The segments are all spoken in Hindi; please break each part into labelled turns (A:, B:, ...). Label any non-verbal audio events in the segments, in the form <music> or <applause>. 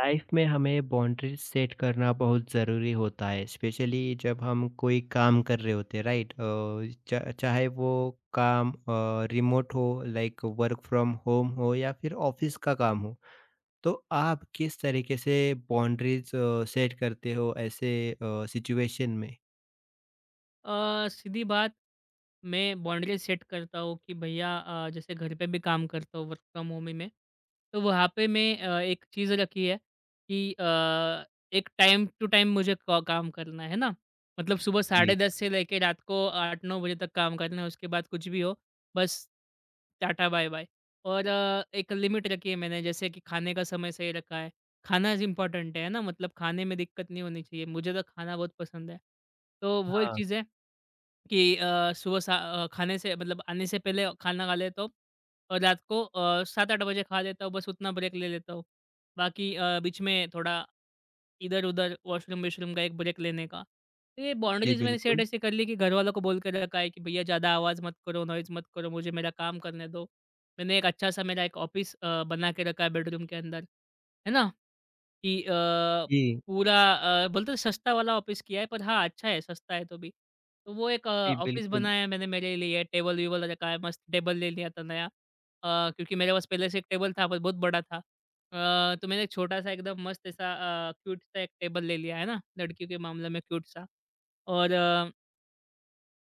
A: लाइफ में हमें बाउंड्रीज सेट करना बहुत ज़रूरी होता है, स्पेशली जब हम कोई काम कर रहे होते हैं, राइट? चाहे वो काम रिमोट हो, लाइक वर्क फ्रॉम होम हो या फिर ऑफिस का काम हो। तो आप किस तरीके से बाउंड्रीज सेट करते हो ऐसे सिचुएशन में?
B: सीधी बात मैं बाउंड्री सेट करता हूँ कि भैया जैसे घर पे भी काम करता हूँ वर्क फ्रॉम होम ही मैं, तो वहाँ पे मैं एक चीज़ रखी है कि एक टाइम टू टाइम मुझे का काम करना है ना। मतलब सुबह
A: जी।
B: 10:30 से लेके रात को 8-9 बजे तक काम करना है, उसके बाद कुछ भी हो, बस टाटा बाय-बाय। और एक लिमिट रखी है मैंने जैसे कि खाने का समय सही रखा है, खाना इज़ इम्पोर्टेंट है ना मतलब खाने में दिक्कत नहीं होनी चाहिए, मुझे तो खाना बहुत पसंद है। तो वो एक
A: हाँ।
B: चीज़ है। कि सुबह खाने से मतलब आने से पहले खाना खा लेता हूँ और रात को 7-8 बजे खा लेता हूँ, बस उतना ब्रेक ले लेता हूँ। बाकी बीच में थोड़ा इधर-उधर वॉशरूम-वॉशरूम का एक ब्रेक लेने का। तो ये
A: जी
B: बाउंड्रीज़ मैंने सेट
A: बिल्कुल।
B: ऐसे कर ली कि घरवालों को बोल के रखा है कि भैया ज़्यादा आवाज़ मत करो, नॉइज़ मत करो, मुझे मेरा काम करने दो। मैंने एक अच्छा-सा मेरा एक ऑफ़िस बना के रखा है बेडरूम के अंदर, है ना? कि
A: जी।
B: पूरा बोलते हैं सस्ता वाला ऑफिस किया है, पर हाँ, अच्छा है, सस्ता है तो भी। तो वो एक
A: जी
B: ऑफिस
A: बिल्कुल।
B: बनाया है मैंने मेरे लिए, टेबल-वेबल रखा है, मस्त टेबल ले लिया था नया। क्योंकि मेरे पास पहले से एक टेबल था, पर बहुत बड़ा था। तो मैंने एक छोटा-सा एकदम मस्त ऐसा क्यूट सा एक टेबल ले लिया है ना, लड़कियों के मामले में क्यूट सा। और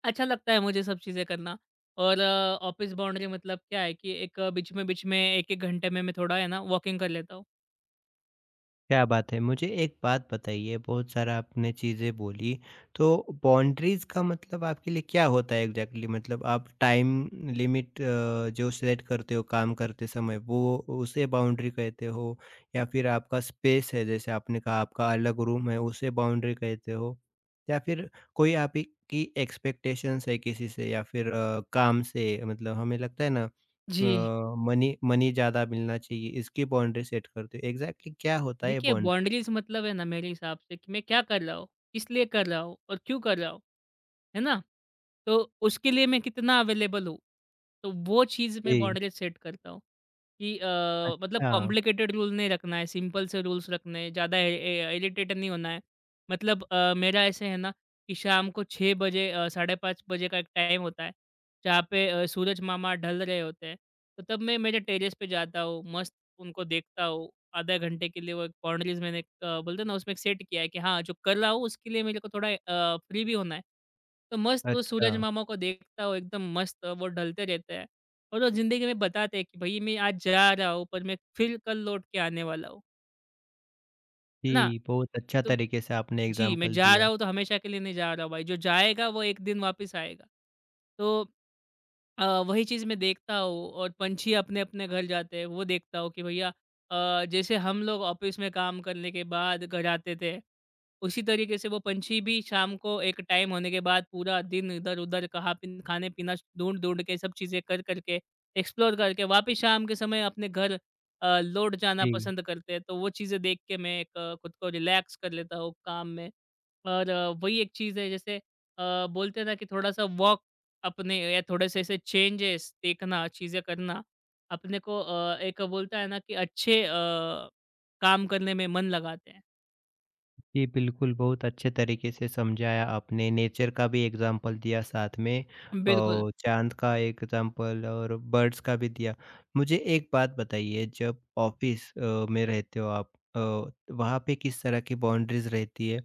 B: अच्छा लगता है मुझे सब चीज़ें करना। और ऑफिस बाउंड्री मतलब क्या है कि बीच में 1-1 घंटे में मैं थोड़ा है ना वॉकिंग कर लेता हूँ।
A: क्या बात है! मुझे एक बात बताइए, बहुत सारा आपने चीज़ें बोली, तो बाउंड्रीज़ का मतलब आपके लिए क्या होता है एग्ज़ैक्टली? मतलब आप टाइम लिमिट जो सेट करते हो काम करते समय, वो उसे बाउंड्री कहते हो? या फिर आपका स्पेस है, जैसे आपने कहा आपका अलग रूम है, उसे बाउंड्री कहते हो? या फिर कोई आपकी एक्सपेक्टेशंस है किसी से या फिर काम से, मतलब हमें लगता है ना, अ,
B: जी।
A: मनी मनी ज़्यादा मिलना चाहिए, इसकी बाउंड्री सेट करते हो। एग्ज़ैक्टली क्या होता है ये
B: देखिए,
A: बाउंड्री?
B: बाउंड्रीज़ मतलब है ना मेरे हिसाब से कि मैं क्या कर रहा हूँ, किस लिए कर रहा हूँ और क्यों कर रहा हूँ, है ना? तो उसके लिए मैं कितना अवेलेबल हूँ, तो वो चीज़ मैं
A: जी।
B: बाउंड्रीज़ सेट करता हूँ कि मतलब
A: अच्छा।
B: कॉम्प्लिकेटेड रूल नहीं रखना है, सिंपल से रूल्स रखने हैं, ज़्यादा इ इ इरिटेट नहीं होना है। मतलब मेरा ऐसे है ना कि शाम को साढ़े 5 बजे का एक टाइम होता है, जहाँ पे सूरज मामा ढल रहे होते हैं, तो तब मैं मेरे टेरेस पे जाता हूँ, मस्त उनको देखता हूँ, आधा घंटे के लिए वो एक बाउंड्रीज़ मैंने बोलते हैं ना उसमें एक सेट किया है कि हाँ, जो कर रहा हूँ उसके लिए मेरे को थोड़ा फ्री भी होना है। तो मस्त वो
A: अच्छा।
B: सूरज मामा को देखता हूँ एकदम मस्त वो ढलते रहते हैं और वो ज़िंदगी में बताते हैं कि भई मैं आज जा रहा हूँ पर मैं फिर कल लौट के आने वाला हूँ, है ना?
A: जी, बहुत अच्छा
B: तो
A: तरीके से आपने
B: जी, मैं
A: एग्ज़ाम्पल
B: जा
A: दिया।
B: रहा हूँ तो हमेशा के लिए नहीं जा रहा हूँ भाई, जो जाएगा वो एक दिन वापस आएगा। तो वही चीज़ मैं देखता हूँ और पंछी अपने-अपने घर जाते हैं, वो देखता हूँ कि भैया जैसे हम लोग ऑफ़िस में काम करने के बाद घर आते थे, उसी तरीके से वो पंछी भी शाम को एक टाइम होने के बाद पूरा दिन इधर-उधर कहाँ पिन खाने-पीना ढूँढ-ढूँढ के सब चीज़ें कर-कर के, एक्सप्लोर करके वापिस शाम के समय अपने घर लौट जाना
A: जी।
B: पसंद करते हैं। तो वो चीज़ें देख के मैं खुद को रिलैक्स कर लेता हूँ काम में और वही एक चीज़ है जैसे बोलते हैं ना कि थोड़ा-सा वॉक अपने या थोड़े-से ऐसे चेंजेस देखना, चीज़ें करना, अपने को एक बोलता है ना कि अच्छे काम करने में मन लगाते हैं।
A: जी, बिल्कुल, बहुत अच्छे तरीके से समझाया आपने, नेचर का भी एग्ज़ाम्पल दिया साथ में,
B: बिल्कुल।
A: चाँद का एग्ज़ाम्पल और बर्ड्स का भी दिया। मुझे एक बात बताइए, जब ऑफ़िस में रहते हो आप, वहाँ पे किस तरह की बाउंड्रीज़ रहती है?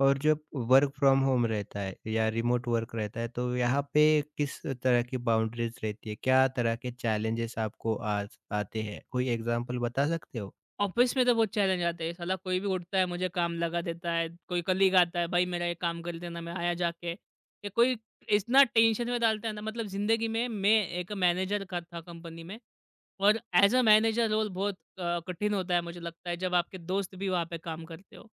A: और जब वर्क फ्रॉम होम रहता है या रिमोट वर्क रहता है तो यहाँ पे किस तरह की बाउंड्रीज रहती है? क्या तरह के चैलेंजेस आपको आज आते हैं? कोई एग्ज़ाम्पल बता सकते हो?
B: ऑफिस में तो बहुत चैलेंज आते हैं साला कोई भी उठता है मुझे काम लगा देता है कोई कलीग आता है भाई मेरा ये काम कर देना मैं आया जाके ये कोई इतना टेंशन में डालता है ना मतलब जिंदगी में मैं एक मैनेजर का था कंपनी में और एज अ मैनेजर रोल बहुत कठिन होता है मुझे लगता है जब आपके दोस्त भी वहाँ पे काम करते हो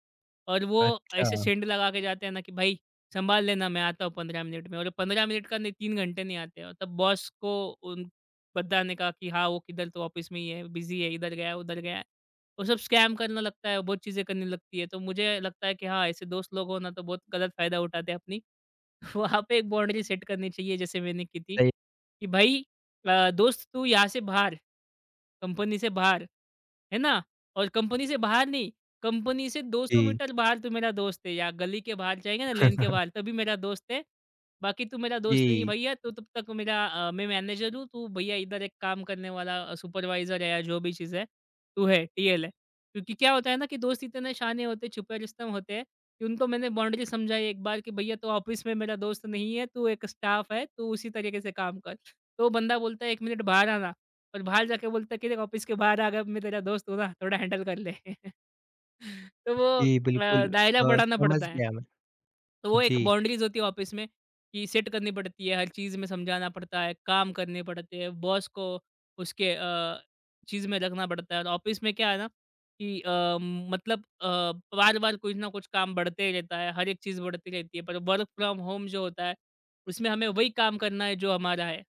B: और वो
A: अच्छा।
B: ऐसे सेंड लगा के जाते हैं ना कि भाई संभाल लेना मैं आता हूँ 15 मिनट में और 15 मिनट का नहीं 3 घंटे नहीं आते हो तब बॉस को उन बताने का कि हाँ वो किधर तो ऑफिस में ही है बिजी है इधर गया उधर गया है। वो सब स्कैम करने लगता है, बहुत चीज़ें करने लगती है। तो मुझे लगता है कि हाँ, ऐसे दोस्त लोग हो ना तो बहुत गलत फ़ायदा उठाते हैं अपनी। <laughs> वहाँ पे एक बाउंड्री सेट करनी चाहिए जैसे मैंने की थी,
A: सही।
B: कि भाई दोस्त तू यहाँ से बाहर, कंपनी से बाहर, है ना? और कंपनी से बाहर नहीं, कंपनी से 200
A: जी।
B: मीटर बाहर तू मेरा दोस्त है या गली के बाहर जाएगा ना लेन के बाहर तभी मेरा दोस्त है। बाकी तू मेरा दोस्त नहीं है
A: जी।
B: भैया, तू तब तक मेरा अ, मैं मैनेजर हूँ, तू भैया इधर एक काम करने वाला सुपरवाइज़र है या जो भी चीज़ है, तू है, टीएल है। क्योंकि क्या होता है ना कि दोस्त इतने शहाने होते हैं, छुपे रुस्तम होते हैं उनको मैंने बाउंड्री समझाई एक बार कि भैया तू ऑफिस में मेरा दोस्त नहीं है, तू एक स्टाफ है, तू उसी तरीके से काम कर। तो बंदा बोलता है 1 मिनट बाहर आना और बाहर जाके बोलता है कि देख ऑफिस के बाहर आ गया, अब मैं तेरा दोस्त हूँ ना, थोड़ा हैंडल कर ले। <laughs> तो वो
A: जी बिल्कुल।
B: दायरा बढ़ाना
A: समझ
B: पड़ता है।
A: गया मैं।
B: तो वो एक
A: जी।
B: बाउंड्रीज़ होती है ऑफिस में कि सेट करनी पड़ती है, हर चीज़ में समझाना पड़ता है, काम करने पड़ते हैं, बॉस को उसके चीज़ में रखना पड़ता है और ऑफिस में क्या है ना कि बार-बार कुछ ना कुछ काम बढ़ते ही रहता है, हर एक चीज़ बढ़ती रहती है, पर वर्क फ्रॉम होम जो होता है, उसमें हमें वही काम करना है जो हमारा है,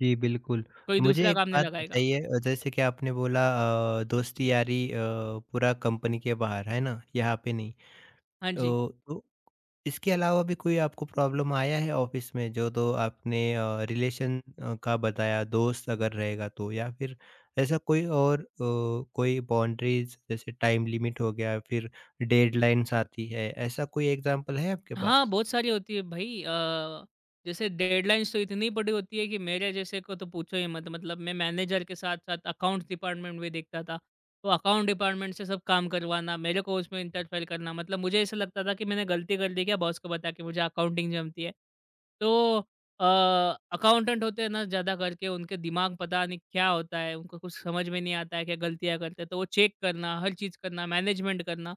A: जी बिल्कुल।
B: कोई
A: मुझे
B: दूसरा
A: एक
B: काम नहीं
A: बात
B: लगाएगा।
A: बताइए, जैसे कि आपने बोला, दोस्ती यारी पूरा कंपनी के बाहर, है ना? यहाँ पे नहीं।
B: हाँ जी।
A: तो इसके अलावा भी कोई आपको प्रॉब्लम आया है ऑफिस में, जो तो आपने रिलेशन का बताया दोस्त अगर रहेगा तो, या फिर ऐसा कोई और कोई बाउंड्रीज जैसे टाइम लिमिट हो गया, फिर डेडलाइंस आती है, ऐसा कोई एग्जांपल है आपके
B: हाँ,
A: पास?
B: बहुत सारी होती है भई जैसे डेडलाइन्स तो इतनी बड़ी होती है कि मेरे जैसे को तो पूछो ही मत। मतलब मैं मैनेजर के साथ-साथ अकाउंट्स डिपार्टमेंट भी देखता था। तो अकाउंट डिपार्टमेंट से सब काम करवाना, मेरे को उसमें इंटरफेयर करना। मतलब मुझे ऐसा लगता था कि मैंने गलती कर दी क्या बॉस को बता के मुझे अकाउंटिंग जमती है। तो अ, अकाउंटेंट होते हैं ना ज़्यादा करके उनके दिमाग पता नहीं क्या होता है, उनको कुछ समझ में नहीं आता है, क्या गलतियाँ करते हैं। तो वो चेक करना, हर चीज़ करना, मैनेजमेंट करना।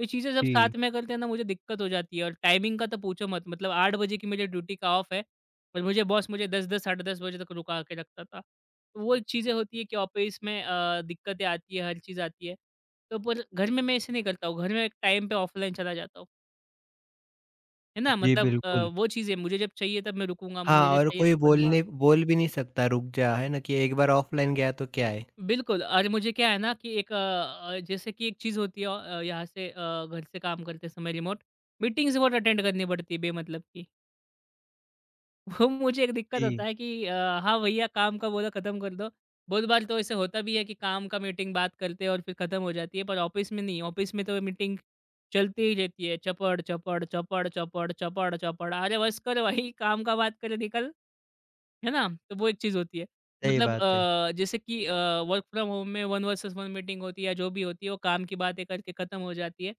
B: ये चीज़ें जब
A: जी।
B: साथ में करते हैं ना मुझे दिक्कत हो जाती है और टाइमिंग का तो पूछो मत मतलब 8 बजे की मेरी ड्यूटी का ऑफ है और मुझे बॉस मुझे 10-10 साढ़े 10 बजे तक रुका के रखता था। तो वो एक चीज़ें होती है कि ऑफिस में दिक्कतें आती है, हर चीज़ आती है। तो पर घर में मैं ऐसे नहीं करता हूँ, घर में एक टाइम पे ऑफलाइन चला जाता हूँ, है ना?
A: जी
B: मतलब
A: बिल्कुल।
B: वो चीज़ें मुझे जब चाहिए तब मैं रुकूँगा, मुझे
A: हाँ,
B: जब
A: और
B: चाहिए
A: कोई
B: तब करूँगा।
A: बोलने बोल भी नहीं सकता रुक जा, है ना? कि एक बार ऑफलाइन गया तो क्या है?
B: बिल्कुल और मुझे क्या है ना कि जैसे कि एक चीज़ होती है घर से काम करते समय रिमोट, मीटिंग्स बहुत अटेंड करनी पड़ती है बेमतलब की। वो मुझे एक दिक्कत होता
A: जी।
B: है कि हाँ भैया काम का बोलो ख़त्म कर दो। बहुत बार तो ऐसे होता भी है कि काम का मीटिंग बात करते हैं और फिर ख़त्म हो जाती है, पर ऑफ़िस में नहीं, ऑफ़िस में तो मीटिंग चलती ही रहती है। चपड़, चपड़, चपड़, चपड़, चपड़, चपड़। अरे बस कर भाई काम का बात करे निकल। है ना? तो वो एक चीज़ होती है।
A: सही
B: मतलब
A: बात है।
B: जैसे कि वर्क फ्रॉम होम में वन वर्सेस वन मीटिंग होती है या जो भी होती है, वो काम की बातें करके ख़त्म हो जाती है।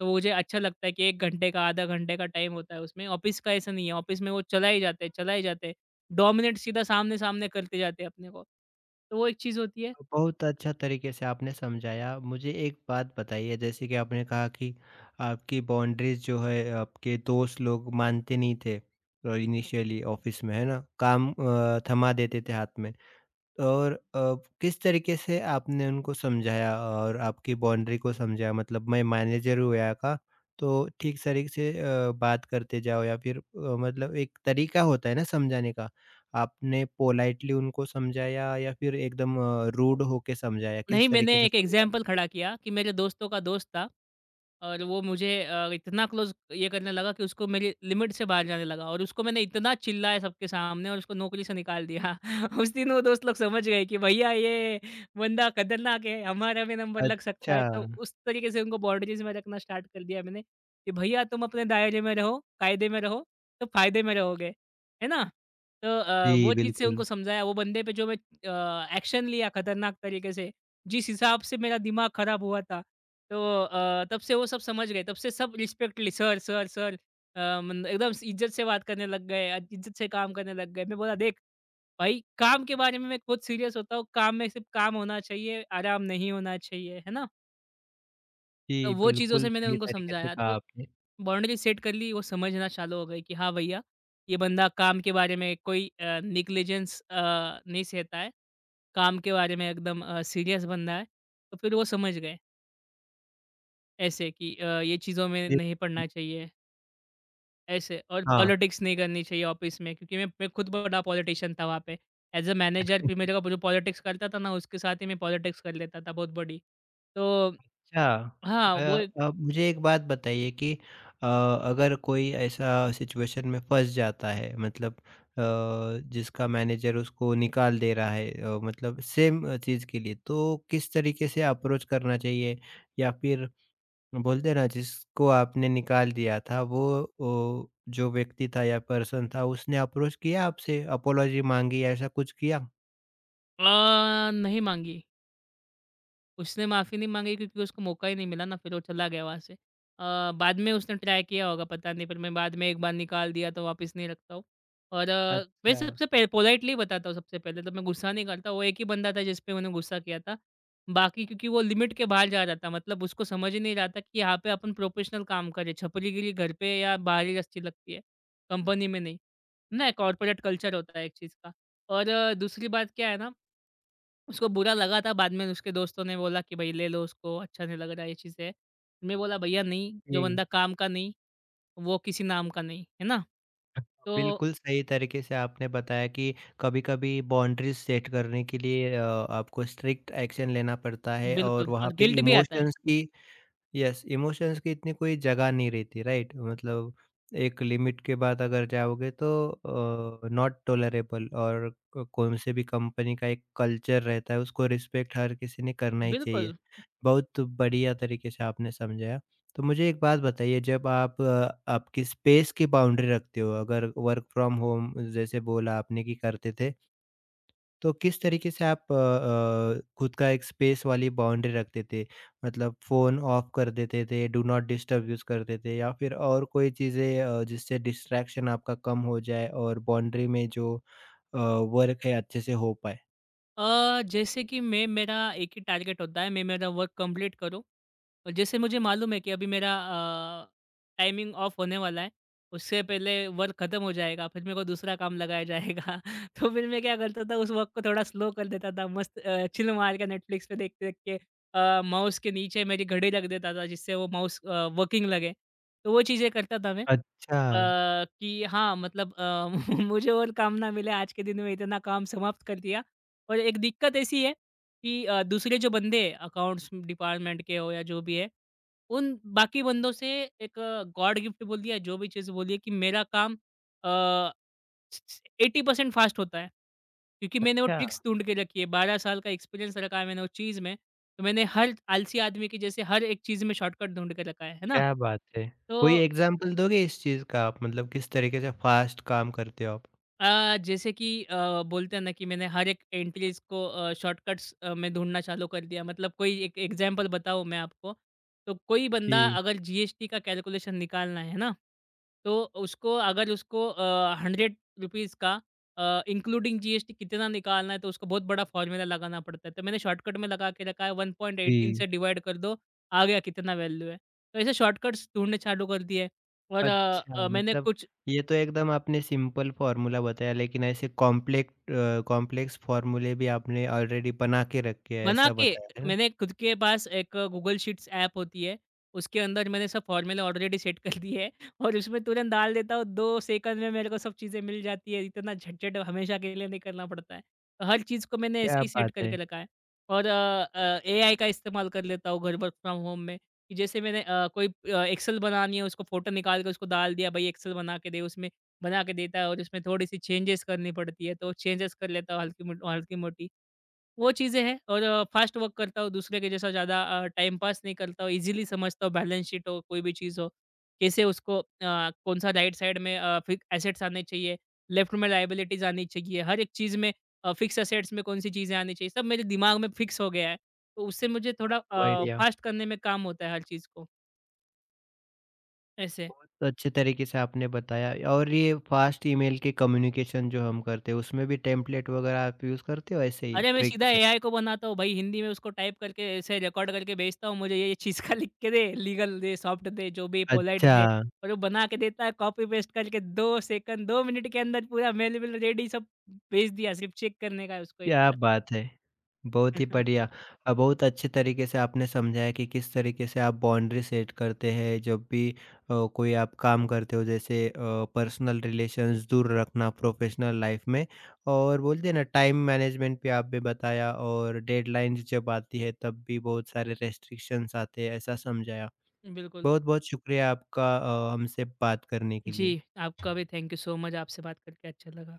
B: तो मुझे अच्छा लगता है कि 1 घंटे का, आधा घंटे का टाइम होता है उसमें। ऑफ़िस का ऐसा नहीं है, ऑफ़िस में वो चलाए जाते हैं, चलाए जाते हैं। डोमिनेट सीधा सामने-सामने करते जाते हैं अपने को। तो वो एक चीज़ होती है।
A: बहुत अच्छा तरीके से आपने समझाया। मुझे एक बात बताइए, जैसे कि आपने कहा कि आपकी बाउंड्रीज़ जो है आपके दोस्त लोग मानते नहीं थे, इनिशियली ऑफ़िस में, है ना? काम थमा देते थे हाथ में। और किस तरीके से आपने उनको समझाया और आपकी बाउंड्री को समझाया? मतलब मैं मैनेजर हूँ यहाँ का, तो ठीक तरीके से बात करते जाओ, या फिर मतलब एक तरीका होता है ना समझाने का, आपने पोलाइटली उनको समझाया या फिर एकदम रूड होके समझाया?
B: नहीं,
A: किस तरीके
B: मैंने
A: से
B: एक
A: समझाया?
B: एग्ज़ाम्पल खड़ा किया कि मेरे दोस्तों का दोस्त था। और वो मुझे इतना क्लोज़ ये करने लगा कि उसको मेरी लिमिट से बाहर जाने लगा और उसको मैंने इतना चिल्लाया सबके सामने और उसको नौकरी से निकाल दिया। <laughs> उस दिन वो दोस्त लोग समझ गए कि भैया ये बंदा खतरनाक है, हमारा भी नंबर लग सकता
A: अच्छा।
B: है। तो उस तरीके से उनको बाउंड्रीज़ में रखना स्टार्ट कर दिया मैंने कि भैया तुम अपने दायरे में रहो, कायदे में रहो, तो फ़ायदे में रहोगे। है ना? तो
A: जी
B: वो चीज़ से
A: बिल्कुल।
B: उनको समझाया, वो बंदे पे जो मैं एक्शन लिया खतरनाक तरीके से, जिस हिसाब से मेरा दिमाग खराब हुआ था तो तब से वो सब समझ गए, तब से सब रिस्पेक्टली सर, सर, सर मन एकदम स इज़्ज़त से बात करने लग गए, इज़्ज़त से काम करने लग गए। मैं बोला देख, भाई काम के बारे में मैं खुद सीरियस होता हूँ, काम में सिर्फ़ काम होना चाहिए, आराम नहीं होना चाहिए, है ना? तो
A: जी,
B: वो चीज़ों से
A: बिल्कुल
B: मैंने
A: सही
B: उनको
A: तरीके से
B: समझाया,
A: कहा
B: तो
A: आपने।
B: बाउंड्री सेट कर ली, वो समझना चालू हो गए कि हाँ भैया, ये बंदा काम के बारे में कोई नेग्लिजेंस नहीं सहता है, काम के बारे में एकदम सीरियस बंदा है, तो फिर वो समझ गए। ऐसे कि ये चीज़ों में
A: जी।
B: नहीं
A: हुँ।
B: पढ़ना चाहिए, ऐसे और
A: हाँ।
B: पॉलिटिक्स नहीं करनी चाहिए ऑफ़िस में क्योंकि मैं खुद बड़ा पॉलिटिशियन था वहाँ पे। एज़ अ मैनेजर फिर मेरे को जो पॉलिटिक्स करता था ना, उसके साथ ही मैं पॉलिटिक्स कर लेता था बहुत बड़ी। तो
A: अच्छा।
B: हाँ,
A: अ
B: वो एक
A: मुझे एक बात बताइए कि अगर कोई ऐसा सिचुएशन में फँस जाता है, मतलब अ, जिसका मैनेजर उसको निकाल दे रहा है, मतलब सेम चीज़ के लिए, तो किस तरीके से अप्रोच करना चाहिए? या फिर बोलते हैं ना, जिसको आपने निकाल दिया था वो, जो व्यक्ति था या पर्सन था, उसने अप्रोच किया आपसे? अपोलॉजी माँगी, ऐसा कुछ किया?
B: अ, नहीं माँगी। उसने माफ़ी नहीं माँगी क्योंकि उसको मौका ही नहीं मिला ना, फिर वो चला गया वहाँ से। बाद में उसने ट्राई किया होगा पता नहीं, पर मैं बाद में एक बार निकाल दिया तो वापस नहीं रखता हूँ। और मैं
A: अच्छा।
B: सबसे पहले पोलाइटली बताता हूँ सबसे पहले तो मैं गुस्सा नहीं करता, वो एक ही बंदा था जिस पे मैंने गुस्सा किया था। बाकी क्योंकि वो लिमिट के बाहर जा रहा था, मतलब उसको समझ ही नहीं रहा था कि यहाँ पे अपन प्रोफेशनल काम करें, छपरीगिरी घर पे या बाहर ही अच्छी लगती है, कंपनी में नहीं। ना कॉर्पोरेट कल्चर होता है एक चीज़ का। और दूसरी बात क्या है ना उसको बुरा लगा था बाद में उसके दोस्तों ने बोला कि भई ले लो उसको, अच्छा नहीं लग रहा ये चीज़ है। मैं बोला भईया नहीं, जो
A: जी।
B: बंदा काम का नहीं, वो किसी नाम का नहीं, है ना? तो
A: बिल्कुल सही तरीके से आपने बताया कि कभी-कभी बाउंड्रीज सेट करने के लिए आपको स्ट्रिक्ट एक्शन लेना पड़ता है और
B: बिल्कुल
A: वहाँ
B: और
A: पे
B: गिल्ट भी आता है।
A: इमोशंस की, यस, इमोशंस की इतनी कोई जगह नहीं रहती, राइट? मतलब एक लिमिट के बाद अगर जाओगे तो नॉट टोलरेबल, और कौन से भी कंपनी का एक कल्चर रहता है, उसको रिस्पेक्ट हर किसी ने करना ही चाहिए।
B: बिल्कुल।
A: बहुत बढ़िया तरीके से आपने समझाया। तो मुझे एक बात बताइए, जब आप आपकी स्पेस की बाउंड्री रखते हो, अगर वर्क फ्रॉम होम, जैसे बोला आपने कि करते थे, तो किस तरीके से आप खुद का एक स्पेस वाली बाउंड्री रखते थे? मतलब फ़ोन ऑफ कर देते थे, डू नॉट डिस्टर्ब यूज़ करते थे, या फिर और कोई चीज़ें जिससे डिस्ट्रैक्शन आपका कम हो जाए और बाउंड्री में जो वर्क है अच्छे से हो पाए?
B: जैसे कि मैं मेरा एक ही टारगेट होता है, मैं मेरा वर्क कंप्लीट करूँ और जैसे मुझे मालूम है कि अभी मेरा टाइमिंग ऑफ होने वाला है, उससे पहले वर्क खत्म हो जाएगा, फिर मेरे को दूसरा काम लगाया जाएगा। <laughs> तो फिर मैं क्या करता था उस वर्क को थोड़ा स्लो कर देता था, मस्त चिल मार के नेटफ्लिक्स पे देख-देख के माउस के नीचे मेरी घड़ी रख देता था जिससे वो माउस वर्किंग लगे। तो वो चीज़ें करता था मैं
A: अच्छा।
B: अ, कि हाँ, मतलब <laughs> मुझे और काम ना मिले आज के दिन में इतना काम समाप्त कर दिया। और एक दिक्कत ऐसी है कि दूसरे जो बंदे अकाउंट्स डिपार्टमेंट के हो या जो भी है उन बाकी बंदों से एक गॉड गिफ्ट बोलिए जो भी चीज़ बोलिए कि मेरा काम अ, 80% फास्ट होता है। क्योंकि मैंने वो
A: अच्छा।
B: ट्रिक्स ढूँढ के रखी है, 12 साल का एक्सपीरियंस रखा है मैंने उस चीज़ में। तो मैंने हर आलसी आदमी की जैसे हर एक चीज़ में शॉर्टकट ढूँढ के रखा है ना?
A: क्या बात है! कोई
B: तो
A: एग्ज़ाम्पल दोगे इस चीज़ का आप? मतलब किस तरीके से फ़ास्ट काम करते हो आप?
B: जैसे कि बोलते हैं ना कि मैंने हर एक एंट्रीज़ को शॉर्टकट्स में ढूँढना चालू कर दिया। मतलब कोई एक एग्ज़ाम्पल बताऊँ मैं आपको, तो कोई बंदा
A: जी।
B: अगर जीएसटी का कैलकुलेशन निकालना है ना, तो उसको अगर उसको ₹100 का इंक्लूडिंग जीएसटी कितना निकालना है, तो उसको बहुत बड़ा फॉर्मूला लगाना पड़ता है। तो मैंने शॉर्टकट में लगा के रखा है 1.18
A: जी।
B: से डिवाइड कर दो, आ गया कितना वैल्यू है। तो ऐसे शॉर्टकट्स ढूँढने चालू कर दिए और
A: अच्छा,
B: मैंने
A: मतलब
B: कुछ
A: ये तो एकदम आपने सिंपल फ़ॉर्मूला बताया, लेकिन ऐसे कॉम्प्लेक्स फ़ॉर्मूले भी आपने ऑलरेडी बना के रखे हैं,
B: बना
A: ऐसा
B: के
A: बताया, है ना?
B: मैंने खुद के पास एक गूगल शीट्स ऐप होती है, उसके अंदर मैंने सब फ़ॉर्मूला ऑलरेडी सेट कर दिए हैं <laughs> और उसमें तुरंत डाल देता हूँ, 2 सेकंड में मेरे को सब चीज़ें मिल जाती है, इतना झटझट हमेशा के लिए नहीं करना पड़ता है। तो हर चीज़ को मैंने ऐसे
A: क्या
B: ही सेट
A: बात
B: करके
A: है!
B: रखा है और एआई का इस्तेमाल कर लेता हूँ घर वर्क फ्रॉम होम में कि जैसे मैंने कोई एक्सेल बनानी है, उसको फ़ोटो निकाल के उसको डाल दिया, भई एक्सेल बना के दे, उसमें बना के देता है और उसमें थोड़ी-सी चेंजेस करनी पड़ती है, तो चेंजेस कर लेता हूँ हल्की-मोटी। वो चीज़ें हैं और फ़ास्ट वर्क करता हूँ, दूसरे के जैसा ज़्यादा टाइम पास नहीं करता हूँ, ईज़िली समझता हूँ बैलेंस शीट हो, कोई भी चीज़ हो, कैसे उसको कौन-सा राइट साइड में फिक एसेट्स आने चाहिए, लेफ्ट में लायबिलिटीज़ आनी चाहिए, हर एक चीज़ में फिक्स एसेट्स में कौन-सी चीज़ें आनी चाहिए, सब मेरे दिमाग में फिक्स हो गया है। तो उससे मुझे थोड़ा
A: बढ़िया।
B: फ़ास्ट करने में काम होता है हर चीज़ को, ऐसे।
A: बहुत अच्छे तरीके से आपने बताया। और ये फ़ास्ट ईमेल के कम्युनिकेशन जो हम करते हैं, उसमें भी टेम्पलेट वगैरह आप यूज़ करते हो ऐसे ही
B: अरे! मैं
A: ट्रिक
B: सीधा
A: से?
B: एआई को बनाता हूँ भाई, हिंदी में उसको टाइप करके ऐसे रिकॉर्ड करके भेजता हूँ, मुझे ये-ये चीज़ <laughs> का लिख के दे, लीगल दे, सॉफ्ट दे, जो भी पोलाइट
A: अच्छा।
B: दे। और वो बना के देता है कॉपी पेस्ट करके 2 सेकंड, 2 मिनट के अंदर पूरा मेल-वेल रेडी सब भेज दिया, सिर्फ चेक करने का है उसको एक
A: क्या
B: बार।
A: बात है! बहुत ही बढ़िया।
B: <laughs>
A: बहुत अच्छे तरीके से आपने समझाया कि किस तरीके से आप बाउंड्री सेट करते हैं, जब भी कोई आप काम करते हो, जैसे पर्सनल रिलेशंस दूर रखना प्रोफ़ेशनल लाइफ़ में, और बोलते हैं ना, टाइम मैनेजमेंट भी आपने बताया, और डेडलाइन्स जब आती है तब भी बहुत सारे रेस्ट्रिक्शंस आते हैं, ऐसा समझाया।
B: बिल्कुल।
A: बहुत-बहुत शुक्रिया आपका हमसे बात करने के
B: जी,
A: लिए।
B: आपका भी थैंक यू सो मच, आपसे बात करके अच्छा लगा।